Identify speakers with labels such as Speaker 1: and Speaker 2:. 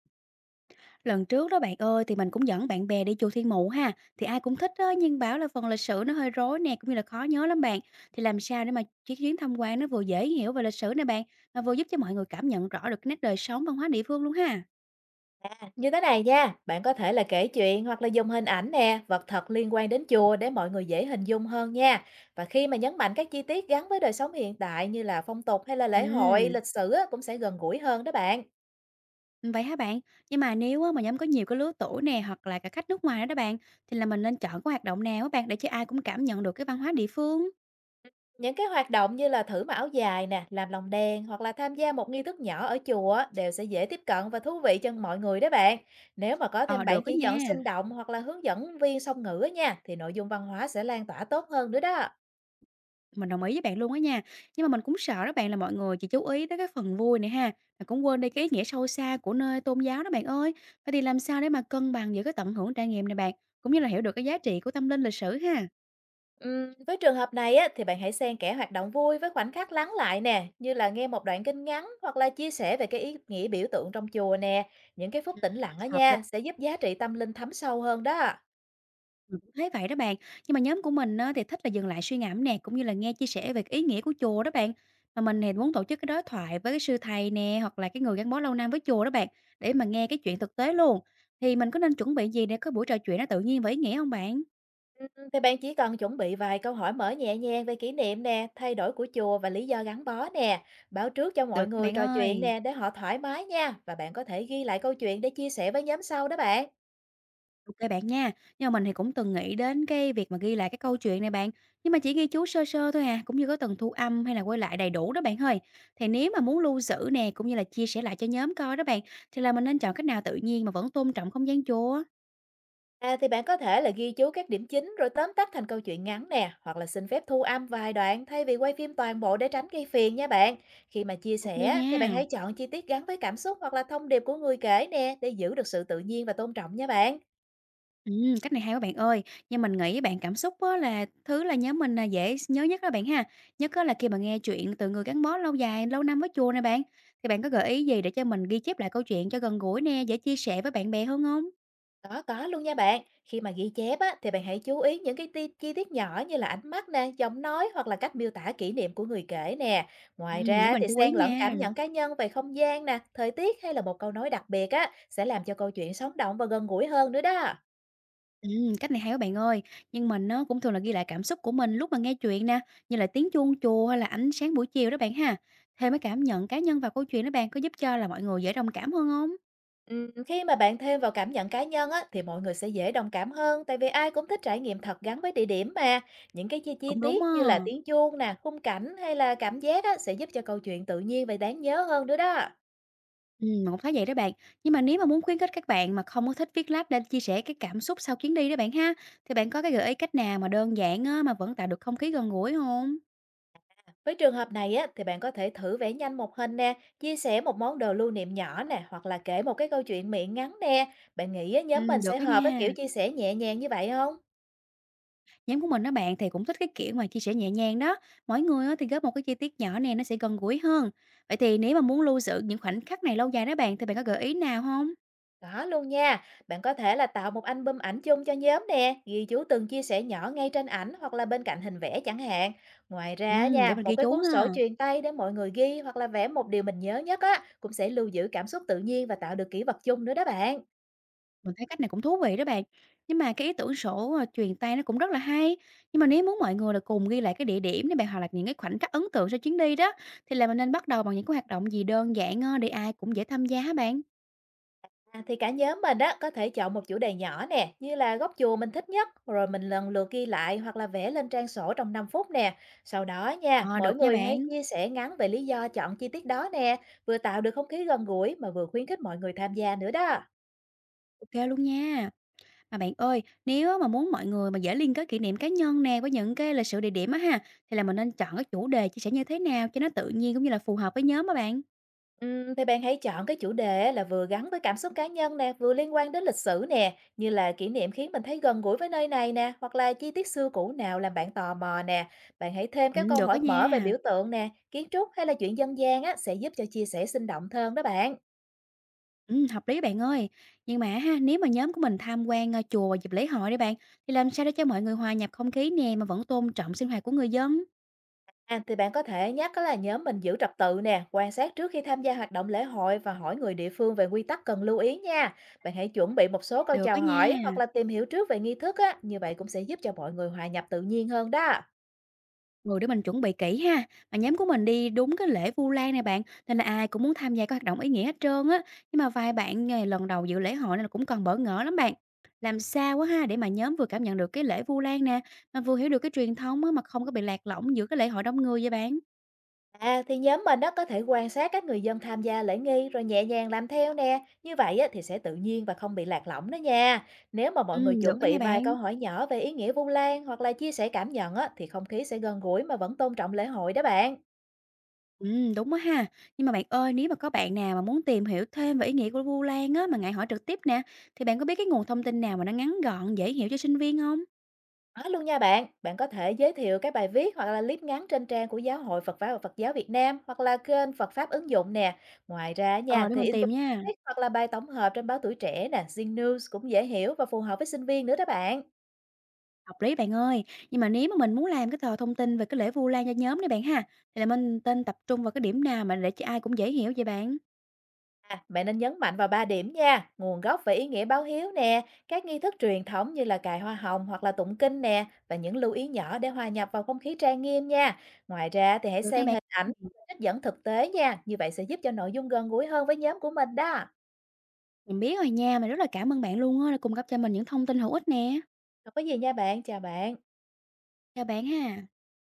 Speaker 1: Lần trước đó bạn ơi thì mình cũng dẫn bạn bè đi chùa Thiên Mụ ha, thì ai cũng thích đó nhưng bảo là phần lịch sử nó hơi rối nè, cũng như là khó nhớ lắm bạn. Thì làm sao để mà chuyến chuyến tham quan nó vừa dễ hiểu về lịch sử nè bạn, mà vừa giúp cho mọi người cảm nhận rõ được cái nét đời sống văn hóa địa phương luôn ha.
Speaker 2: Như thế này nha, bạn có thể là kể chuyện hoặc là dùng hình ảnh nè, vật thật liên quan đến chùa để mọi người dễ hình dung hơn nha. Và khi mà nhấn mạnh các chi tiết gắn với đời sống hiện đại như là phong tục hay là lễ hội,
Speaker 1: Ừm,
Speaker 2: lịch sử á, cũng sẽ gần gũi hơn đó bạn.
Speaker 1: vậy hả bạn? Nhưng mà nếu á, mà nhóm có nhiều cái lứa tuổi nè hoặc là cả khách nước ngoài nữa đó bạn, thì là mình nên chọn cái hoạt động nào á bạn để cho ai cũng cảm nhận được cái văn hóa địa phương?
Speaker 2: Những cái hoạt động như là thử mà áo dài nè, làm lồng đèn hoặc là tham gia một nghi thức nhỏ ở chùa á, đều sẽ dễ tiếp cận và thú vị cho mọi người đó bạn. Nếu mà có
Speaker 1: Ờ
Speaker 2: thêm bản
Speaker 1: được đó
Speaker 2: chỉ dẫn
Speaker 1: nha.
Speaker 2: sinh động hoặc là hướng dẫn viên song ngữ á nha, thì nội dung văn hóa sẽ lan tỏa tốt hơn nữa đó.
Speaker 1: Mình đồng ý với bạn luôn á nha. Nhưng mà mình cũng sợ đó bạn là mọi người chỉ chú ý tới cái phần vui này ha, mà cũng quên đi cái ý nghĩa sâu xa của nơi tôn giáo đó bạn ơi. Vậy thì làm sao để mà cân bằng giữa cái tận hưởng trải nghiệm này bạn, cũng như là hiểu được cái giá trị của tâm linh lịch sử ha?
Speaker 2: Với trường hợp này á, thì bạn hãy xen kẽ hoạt động vui với khoảnh khắc lắng lại nè, như là nghe một đoạn kinh ngắn hoặc là chia sẻ về cái ý nghĩa biểu tượng trong chùa nè. Những cái phút
Speaker 1: Ừ,
Speaker 2: tĩnh lặng á
Speaker 1: hợp lý,
Speaker 2: nha, sẽ giúp giá trị tâm linh thấm sâu hơn đó.
Speaker 1: mình cũng thấy vậy đó bạn. Nhưng mà nhóm của mình á, thì thích là dừng lại suy ngẫm nè, cũng như là nghe chia sẻ về cái ý nghĩa của chùa đó bạn. Mà mình thì muốn tổ chức cái đối thoại với cái sư thầy nè, hoặc là cái người gắn bó lâu năm với chùa đó bạn, để mà nghe cái chuyện thực tế luôn. Thì mình có nên chuẩn bị gì để có buổi trò chuyện nó tự nhiên và ý nghĩa không bạn?
Speaker 2: Ừm, Thì bạn chỉ cần chuẩn bị vài câu hỏi mở nhẹ nhàng về kỷ niệm nè, thay đổi của chùa và lý do gắn bó nè. Báo trước cho
Speaker 1: Được
Speaker 2: mọi
Speaker 1: nha
Speaker 2: người
Speaker 1: bạn
Speaker 2: trò chuyện
Speaker 1: ơi.
Speaker 2: nè để họ thoải mái nha. Và bạn có thể ghi lại câu chuyện để chia sẻ với nhóm sau đó bạn.
Speaker 1: OK bạn nha. Nhưng mà mình thì cũng từng nghĩ đến cái việc mà ghi lại cái câu chuyện này bạn, nhưng mà chỉ ghi chú sơ sơ thôi à, cũng như có từng thu âm hay là quay lại đầy đủ đó bạn ơi. Thì nếu mà muốn lưu giữ nè, cũng như là chia sẻ lại cho nhóm coi đó bạn, thì là mình nên chọn cách nào tự nhiên mà vẫn tôn trọng không gian chùa?
Speaker 2: À, thì bạn có thể là ghi chú các điểm chính rồi tóm tắt thành câu chuyện ngắn nè, hoặc là xin phép thu âm vài đoạn thay vì quay phim toàn bộ để tránh gây phiền nha bạn. Khi mà chia
Speaker 1: OK
Speaker 2: sẻ
Speaker 1: nha.
Speaker 2: thì bạn hãy chọn chi tiết gắn với cảm xúc hoặc là thông điệp của người kể nè để giữ được sự tự nhiên và tôn trọng nha bạn.
Speaker 1: Cách này hay quá bạn ơi, nhưng mình nghĩ bạn cảm xúc á là thứ là nhớ mình là dễ nhớ nhất đó bạn ha. Nhất á là khi mà nghe chuyện từ người gắn bó lâu dài, lâu năm với chùa này bạn, thì bạn có gợi ý gì để cho mình ghi chép lại câu chuyện cho gần gũi nè, dễ chia sẻ với bạn bè hơn không?
Speaker 2: Có luôn nha bạn. Khi mà ghi chép á, thì bạn hãy chú ý những cái chi tiết nhỏ như là ánh mắt nè, giọng nói hoặc là cách miêu tả kỷ niệm của người kể nè. Ngoài
Speaker 1: Để
Speaker 2: ra
Speaker 1: mình
Speaker 2: thì
Speaker 1: chú ý
Speaker 2: xen lẫn
Speaker 1: nha.
Speaker 2: cảm nhận cá nhân về không gian nè, thời tiết hay là một câu nói đặc biệt á, sẽ làm cho câu chuyện sống động và gần gũi hơn nữa đó.
Speaker 1: Cách này hay quá bạn ơi, nhưng mình nó cũng thường là ghi lại cảm xúc của mình lúc mà nghe chuyện nè, như là tiếng chuông chùa hay là ánh sáng buổi chiều đó bạn ha. Thêm cái cảm nhận cá nhân vào câu chuyện đó bạn, có giúp cho là mọi người dễ đồng cảm hơn không?
Speaker 2: Ừ, khi mà bạn thêm vào cảm nhận cá nhân á, thì mọi người sẽ dễ đồng cảm hơn tại vì ai cũng thích trải nghiệm thật gắn với địa điểm mà. Những cái chi
Speaker 1: Cũng đúng
Speaker 2: tiết
Speaker 1: á.
Speaker 2: như là tiếng chuông nè, khung cảnh hay là cảm giác á, sẽ giúp cho câu chuyện tự nhiên và đáng nhớ hơn nữa đó.
Speaker 1: Mình cũng thấy vậy đó bạn. Nhưng mà nếu mà muốn khuyến khích các bạn mà không có thích viết lách để chia sẻ cái cảm xúc sau chuyến đi đó bạn ha, thì bạn có cái gợi ý cách nào mà đơn giản á, mà vẫn tạo được không khí gần gũi không?
Speaker 2: Với trường hợp này á, thì bạn có thể thử vẽ nhanh một hình nè, chia sẻ một món đồ lưu niệm nhỏ nè, hoặc là kể một cái câu chuyện miệng ngắn nè. Bạn nghĩ á, nhóm mình sẽ
Speaker 1: Được đó
Speaker 2: hợp với kiểu
Speaker 1: nha.
Speaker 2: chia sẻ nhẹ nhàng như vậy không?
Speaker 1: Nhóm của mình đó bạn thì cũng thích cái kiểu mà chia sẻ nhẹ nhàng đó. Mỗi người á, thì góp một cái chi tiết nhỏ này nó sẽ gần gũi hơn. Vậy thì nếu mà muốn lưu giữ những khoảnh khắc này lâu dài đó bạn, thì bạn có gợi ý nào không?
Speaker 2: Có luôn nha. Bạn có thể là tạo một album ảnh chung cho nhóm nè, ghi chú từng chia sẻ nhỏ ngay trên ảnh hoặc là bên cạnh hình vẽ chẳng hạn. Ngoài ra á
Speaker 1: Để
Speaker 2: nha,
Speaker 1: mình
Speaker 2: một
Speaker 1: ghi
Speaker 2: cái
Speaker 1: chú
Speaker 2: cuốn sổ
Speaker 1: ha.
Speaker 2: truyền tay để mọi người ghi hoặc là vẽ một điều mình nhớ nhất á, cũng sẽ lưu giữ cảm xúc tự nhiên và tạo được kỷ vật chung nữa đó bạn.
Speaker 1: Mình thấy cách này cũng thú vị đó bạn. Nhưng mà cái ý tưởng sổ, truyền tay nó cũng rất là hay. Nhưng mà nếu muốn mọi người là cùng ghi lại cái địa điểm này bạn, hoặc là những cái khoảnh khắc ấn tượng sau chuyến đi đó, thì là mình nên bắt đầu bằng những cái hoạt động gì đơn giản, để ai cũng dễ tham gia hả bạn?
Speaker 2: À, thì cả nhóm mình á có thể chọn một chủ đề nhỏ nè, như là góc chùa mình thích nhất, rồi mình lần lượt ghi lại hoặc là vẽ lên trang sổ trong 5 phút nè. Sau đó nha,
Speaker 1: Ờ,
Speaker 2: mỗi
Speaker 1: được nha
Speaker 2: người hãy
Speaker 1: bạn,
Speaker 2: chia sẻ ngắn về lý do chọn chi tiết đó nè, vừa tạo được không khí gần gũi mà vừa khuyến khích mọi người tham gia nữa đó.
Speaker 1: OK luôn nha. Mà bạn ơi, nếu mà muốn mọi người mà dễ liên kết kỷ niệm cá nhân nè với những cái lịch sử địa điểm á ha, thì là mình nên chọn cái chủ đề chia sẻ như thế nào cho nó tự nhiên cũng như là phù hợp với nhóm á bạn?
Speaker 2: Thì bạn hãy chọn cái chủ đề á là vừa gắn với cảm xúc cá nhân nè, vừa liên quan đến lịch sử nè, như là kỷ niệm khiến mình thấy gần gũi với nơi này nè, hoặc là chi tiết xưa cũ nào làm bạn tò mò nè. Bạn hãy thêm các câu
Speaker 1: Được
Speaker 2: hỏi
Speaker 1: á
Speaker 2: mở về
Speaker 1: nha.
Speaker 2: biểu tượng nè, kiến trúc hay là chuyện dân gian á sẽ giúp cho chia sẻ sinh động hơn đó bạn.
Speaker 1: Hợp lý bạn ơi. Nhưng mà ha, nếu mà nhóm của mình tham quan, chùa vào dịp lễ hội đi bạn, thì làm sao để cho mọi người hòa nhập không khí nè, mà vẫn tôn trọng sinh hoạt của người dân?
Speaker 2: À, thì bạn có thể nhắc á là nhóm mình giữ trật tự nè, quan sát trước khi tham gia hoạt động lễ hội và hỏi người địa phương về quy tắc cần lưu ý nha. Bạn hãy chuẩn bị một số câu
Speaker 1: Được
Speaker 2: chào
Speaker 1: á
Speaker 2: hỏi hoặc
Speaker 1: nha.
Speaker 2: là tìm hiểu trước về nghi thức á, như vậy cũng sẽ giúp cho mọi người hòa nhập tự nhiên hơn đó.
Speaker 1: Ừ, để mình chuẩn bị kỹ ha. Mà nhóm của mình đi đúng cái lễ Vu Lan này bạn, nên là ai cũng muốn tham gia các hoạt động ý nghĩa hết trơn á. Nhưng mà vài bạn nghề lần đầu dự lễ hội nên là cũng còn bỡ ngỡ lắm bạn. Làm sao á ha để mà nhóm vừa cảm nhận được cái lễ Vu Lan nè, mà vừa hiểu được cái truyền thống á, mà không có bị lạc lõng giữa cái lễ hội đông người vậy bạn?
Speaker 2: À, thì nhóm mình đó có thể quan sát các người dân tham gia lễ nghi rồi nhẹ nhàng làm theo nè. Như vậy á, thì sẽ tự nhiên và không bị lạc lõng đó nha. Nếu mà mọi người chuẩn
Speaker 1: Được á
Speaker 2: bị
Speaker 1: nha
Speaker 2: vài câu
Speaker 1: bạn.
Speaker 2: hỏi nhỏ về ý nghĩa Vu Lan hoặc là chia sẻ cảm nhận á, thì không khí sẽ gần gũi mà vẫn tôn trọng lễ hội đó bạn.
Speaker 1: Đúng á ha. Nhưng mà bạn ơi, nếu mà có bạn nào mà muốn tìm hiểu thêm về ý nghĩa của Vu Lan á, mà ngại hỏi trực tiếp nè, thì bạn có biết cái nguồn thông tin nào mà nó ngắn gọn, dễ hiểu cho sinh viên không?
Speaker 2: Nói luôn nha bạn, bạn có thể giới thiệu các bài viết hoặc là clip ngắn trên trang của Giáo hội Phật giáo và Phật giáo Việt Nam hoặc là kênh Phật Pháp ứng dụng nè. Ngoài ra nha,
Speaker 1: Ờ, để
Speaker 2: thì
Speaker 1: mình
Speaker 2: info
Speaker 1: tìm nha.
Speaker 2: hoặc là bài tổng hợp trên báo Tuổi Trẻ nè, Zing News cũng dễ hiểu và phù hợp với sinh viên nữa đó bạn.
Speaker 1: Hợp lý bạn ơi. Nhưng mà nếu mà mình muốn làm cái tờ thông tin về cái lễ Vu Lan cho nhóm đi bạn ha, thì là mình tên tập trung vào cái điểm nào mà để cho ai cũng dễ hiểu vậy bạn?
Speaker 2: À, bạn nên nhấn mạnh vào 3 điểm nha, nguồn gốc và ý nghĩa báo hiếu nè, các nghi thức truyền thống như là cài hoa hồng hoặc là tụng kinh nè và những lưu ý nhỏ để hòa nhập vào không khí trang nghiêm nha. Ngoài ra thì hãy
Speaker 1: Được các
Speaker 2: xen
Speaker 1: bạn.
Speaker 2: hình ảnh và
Speaker 1: Ừm,
Speaker 2: trích dẫn thực tế nha, như vậy sẽ giúp cho nội dung gần gũi hơn với nhóm của mình đó.
Speaker 1: mình biết rồi nha, mình rất là cảm ơn bạn luôn á, đã cung cấp cho mình những thông tin hữu ích nè.
Speaker 2: Không có gì nha bạn, chào bạn.
Speaker 1: Chào bạn ha.